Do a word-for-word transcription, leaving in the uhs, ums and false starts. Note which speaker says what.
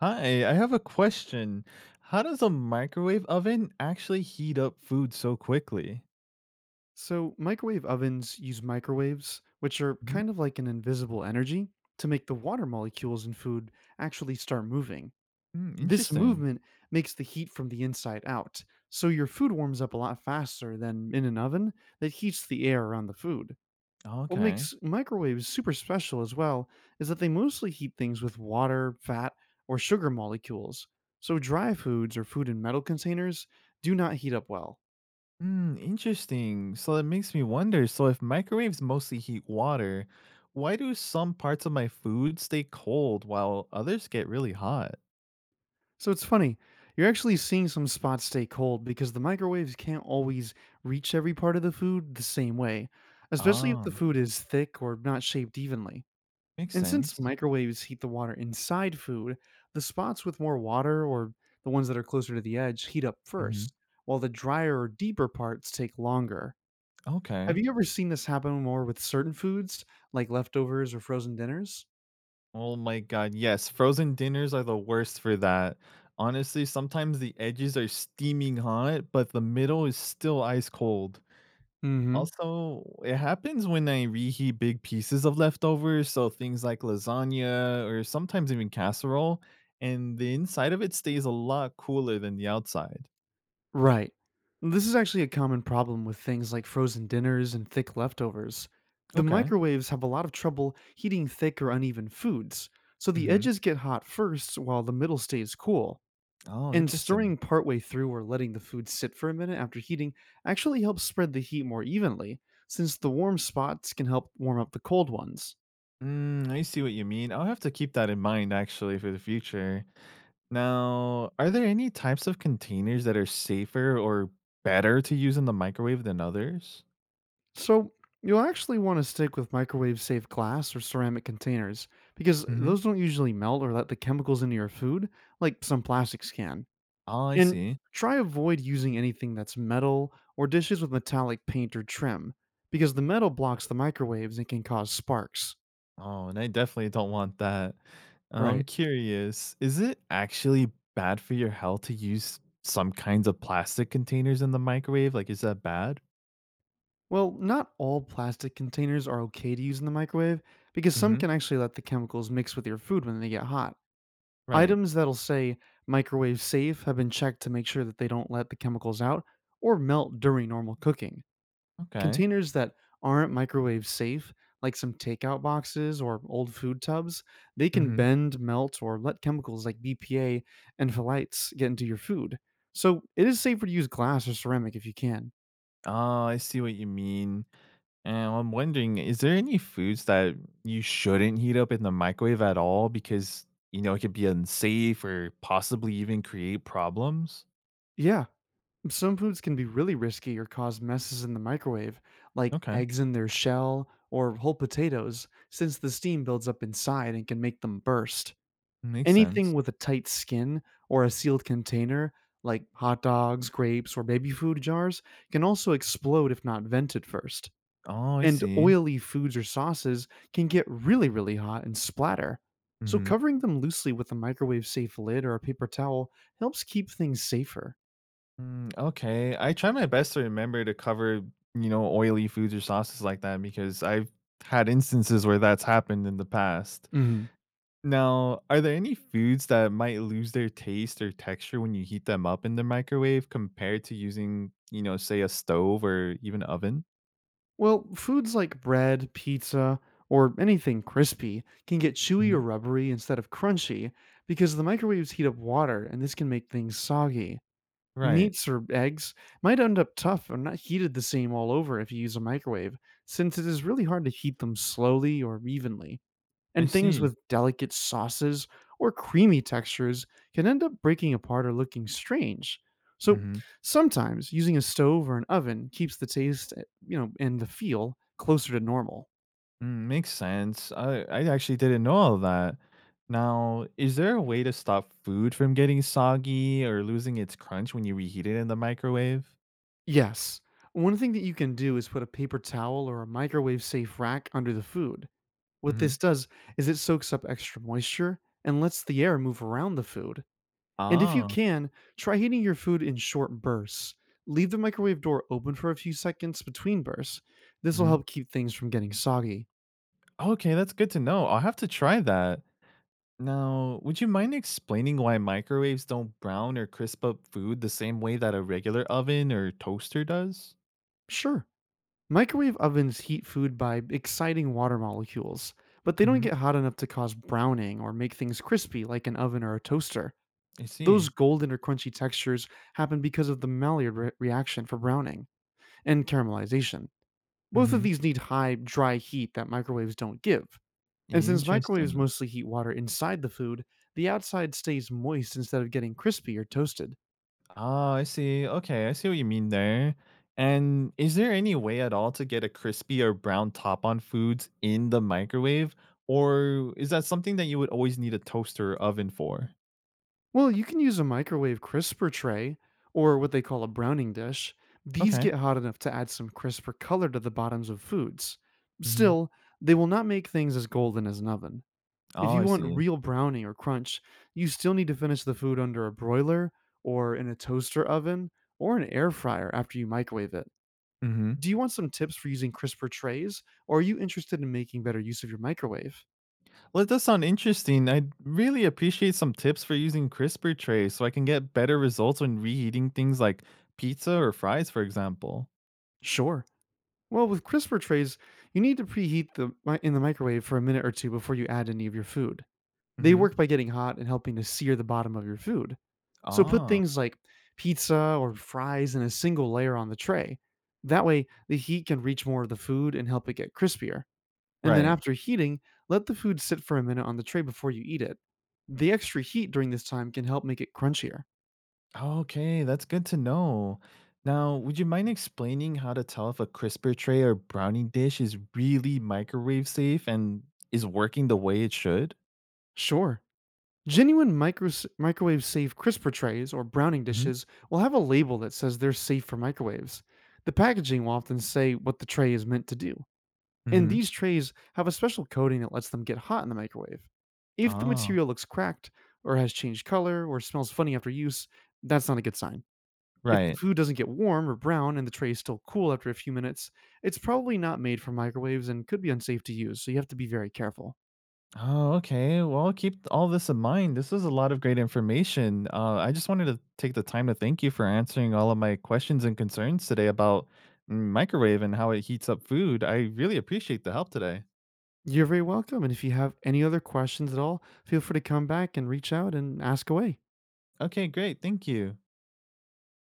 Speaker 1: Hi, I have a question. How does a microwave oven actually heat up food so quickly?
Speaker 2: So, microwave ovens use microwaves, which are
Speaker 1: Mhm.
Speaker 2: kind of like an invisible energy, to make the water molecules in food actually start moving.
Speaker 1: Mm,
Speaker 2: This
Speaker 1: interesting.
Speaker 2: movement makes the heat from the inside out, so your food warms up a lot faster than in an oven that heats the air around the food. What
Speaker 1: Okay.
Speaker 2: makes microwaves super special as well is that they mostly heat things with water, fat, or sugar molecules. So, dry foods or food in metal containers do not heat up well.
Speaker 1: Mm, interesting. So that makes me wonder. So if microwaves mostly heat water, why do some parts of my food stay cold while others get really hot?
Speaker 2: So it's funny. You're actually seeing some spots stay cold because the microwaves can't always reach every part of the food the same way, especially if the
Speaker 1: Ah,
Speaker 2: food is thick or not shaped evenly.
Speaker 1: makes
Speaker 2: And since
Speaker 1: sense.
Speaker 2: microwaves heat the water inside food, the spots with more water or the ones that are closer to the edge heat up
Speaker 1: Mhm.
Speaker 2: first, while the drier or deeper parts take longer. Have
Speaker 1: Okay.
Speaker 2: you ever seen this happen more with certain foods, like leftovers or frozen dinners?
Speaker 1: Oh my god, yes. Frozen dinners are the worst for that. Honestly, sometimes the edges are steaming hot, but the middle is still ice cold.
Speaker 2: Mm hmm.
Speaker 1: Also, it happens when I reheat big pieces of leftovers, so things like lasagna or sometimes even casserole, and the inside of it stays a lot cooler than the outside.
Speaker 2: Right. This is actually a common problem with things like frozen dinners and thick leftovers. The
Speaker 1: Okay.
Speaker 2: microwaves have a lot of trouble heating thick or uneven foods, so the
Speaker 1: Mhm.
Speaker 2: edges get hot first while the middle stays cool.
Speaker 1: Oh,
Speaker 2: And
Speaker 1: interesting.
Speaker 2: stirring partway through or letting the food sit for a minute after heating actually helps spread the heat more evenly, since the warm spots can help warm up the cold ones.
Speaker 1: Mm, I see what you mean. I'll have to keep that in mind actually for the future. Now, are there any types of containers that are safer or better to use in the microwave than others?
Speaker 2: So you'll actually want to stick with microwave safe glass or ceramic containers because
Speaker 1: Hmm
Speaker 2: those don't usually melt or let the chemicals into your food like some plastics can.
Speaker 1: Oh, I
Speaker 2: And
Speaker 1: see.
Speaker 2: try avoid using anything that's metal or dishes with metallic paint or trim because the metal blocks the microwaves and can cause sparks.
Speaker 1: Oh, and I definitely don't want that. I'm
Speaker 2: Right.
Speaker 1: curious, is it actually bad for your health to use some kinds of plastic containers in the microwave? Like, is that bad?
Speaker 2: Well, not all plastic containers are okay to use in the microwave because some
Speaker 1: Hmm.
Speaker 2: can actually let the chemicals mix with your food when they get hot.
Speaker 1: Right.
Speaker 2: Items that'll say "microwave safe" have been checked to make sure that they don't let the chemicals out or melt during normal cooking.
Speaker 1: Okay.
Speaker 2: Containers that aren't microwave safe, like some takeout boxes or old food tubs, they can
Speaker 1: Hmm.
Speaker 2: bend, melt, or let chemicals like B P A and phthalates get into your food. So it is safer to use glass or ceramic if you can.
Speaker 1: Oh, I see what you mean. And I'm wondering, is there any foods that you shouldn't heat up in the microwave at all because, you know, it could be unsafe or possibly even create problems?
Speaker 2: Yeah, some foods can be really risky or cause messes in the microwave, like
Speaker 1: Okay,
Speaker 2: eggs in their shell or whole potatoes, since the steam builds up inside and can make them burst.
Speaker 1: makes sense.
Speaker 2: Anything with a tight skin or a sealed container, like hot dogs, grapes, or baby food jars, can also explode if not vented first.
Speaker 1: Oh, I
Speaker 2: And
Speaker 1: see.
Speaker 2: oily foods or sauces can get really, really hot and splatter. So,
Speaker 1: Hmm.
Speaker 2: covering them loosely with a microwave safe lid or a paper towel helps keep things safer.
Speaker 1: Mm, okay, I try my best to remember to cover, you know, oily foods or sauces like that because I've had instances where that's happened in the past.
Speaker 2: Mhm.
Speaker 1: Now, are there any foods that might lose their taste or texture when you heat them up in the microwave compared to using, you know, say a stove or even oven?
Speaker 2: Well, foods like bread, pizza, or anything crispy can get chewy or
Speaker 1: Mhm.
Speaker 2: rubbery instead of crunchy because the microwaves heat up water and this can make things soggy.
Speaker 1: Right.
Speaker 2: Meats or eggs might end up tough or not heated the same all over if you use a microwave, since it is really hard to heat them slowly or evenly,
Speaker 1: I
Speaker 2: and things
Speaker 1: see.
Speaker 2: with delicate sauces or creamy textures can end up breaking apart or looking strange. So
Speaker 1: Mhm.
Speaker 2: sometimes using a stove or an oven keeps the taste, eh, you know, and the feel closer to normal.
Speaker 1: Mm, makes sense. I I actually didn't know all that. Now, is there a way to stop food from getting soggy or losing its crunch when you reheat it in the microwave?
Speaker 2: Yes, one thing that you can do is put a paper towel or a microwave safe rack under the food. What this
Speaker 1: Mhm.
Speaker 2: does is it soaks up extra moisture and lets the air move around the food. And if you
Speaker 1: Ah.
Speaker 2: can, try heating your food in short bursts. Leave the microwave door open for a few seconds between bursts. This will
Speaker 1: Mhm.
Speaker 2: help keep things from getting soggy.
Speaker 1: Okay, that's good to know. I'll have to try that. Now, would you mind explaining why microwaves don't brown or crisp up food the same way that a regular oven or toaster does?
Speaker 2: Sure, microwave ovens heat food by exciting water molecules, but they don't
Speaker 1: Hmm.
Speaker 2: get hot enough to cause browning or make things crispy like an oven or a toaster.
Speaker 1: I
Speaker 2: Those
Speaker 1: see.
Speaker 2: golden or crunchy textures happen because of the Maillard re- reaction for browning and caramelization. Both of
Speaker 1: Hmm.
Speaker 2: these need high, dry heat that microwaves don't give. And since microwaves
Speaker 1: Interesting.
Speaker 2: mostly heat water inside the food, the outside stays moist instead of getting crispy or toasted.
Speaker 1: Ah, I see. Okay, I see what you mean there. And is there any way at all to get a crispy or brown top on foods in the microwave? Or is that something that you would always need a toaster or oven for?
Speaker 2: Well, you can use a microwave crisper tray, or what they call a browning dish. These
Speaker 1: Okay.
Speaker 2: get hot enough to add some crisper color to the bottoms of foods.
Speaker 1: Hmm.
Speaker 2: Still, they will not make things as golden as an oven. If
Speaker 1: Oh,
Speaker 2: you
Speaker 1: I
Speaker 2: want
Speaker 1: see.
Speaker 2: real browning or crunch, you still need to finish the food under a broiler, or in a toaster oven, or an air fryer after you microwave it. Do you want some tips for using CRISPR trays, or are you interested in making better use of your microwave?
Speaker 1: Well, it does sound interesting. I'd really appreciate some tips for using CRISPR trays so I can get better results when reheating things like pizza or fries, for example.
Speaker 2: Sure. Well, with CRISPR trays, you need to preheat the mi- in the microwave for a minute or two before you add any of your food. They
Speaker 1: Hmm.
Speaker 2: work by getting hot and helping to sear the bottom of your food. So put
Speaker 1: Ah,
Speaker 2: things like pizza or fries in a single layer on the tray. That way, the heat can reach more of the food and help it get crispier. And then
Speaker 1: right.
Speaker 2: after heating, let the food sit for a minute on the tray before you eat it. The extra heat during this time can help make it crunchier.
Speaker 1: Okay, that's good to know. Now, would you mind explaining how to tell if a CRISPR tray or brownie dish is really microwave safe and is working the way it should?
Speaker 2: Sure. Genuine micro- microwave safe crisper trays or browning
Speaker 1: Hmm.
Speaker 2: dishes will have a label that says they're safe for microwaves. The packaging will often say what the tray is meant to do, and
Speaker 1: Mm-hmm.
Speaker 2: these trays have a special coating that lets them get hot in the microwave. If the
Speaker 1: Ah,
Speaker 2: material looks cracked, or has changed color, or smells funny after use, that's not a good sign. If the
Speaker 1: right.
Speaker 2: food doesn't get warm or brown and the tray is still cool after a few minutes, it's probably not made for microwaves and could be unsafe to use, so you have to be very careful.
Speaker 1: Oh, okay. Well, keep all this in mind. This is a lot of great information. Uh, I just wanted to take the time to thank you for answering all of my questions and concerns today about mm, microwave and how it heats up food. I really appreciate the help today.
Speaker 2: You're very welcome, and if you have any other questions at all, feel free to come back and reach out and ask away.
Speaker 1: Okay, great. Thank you.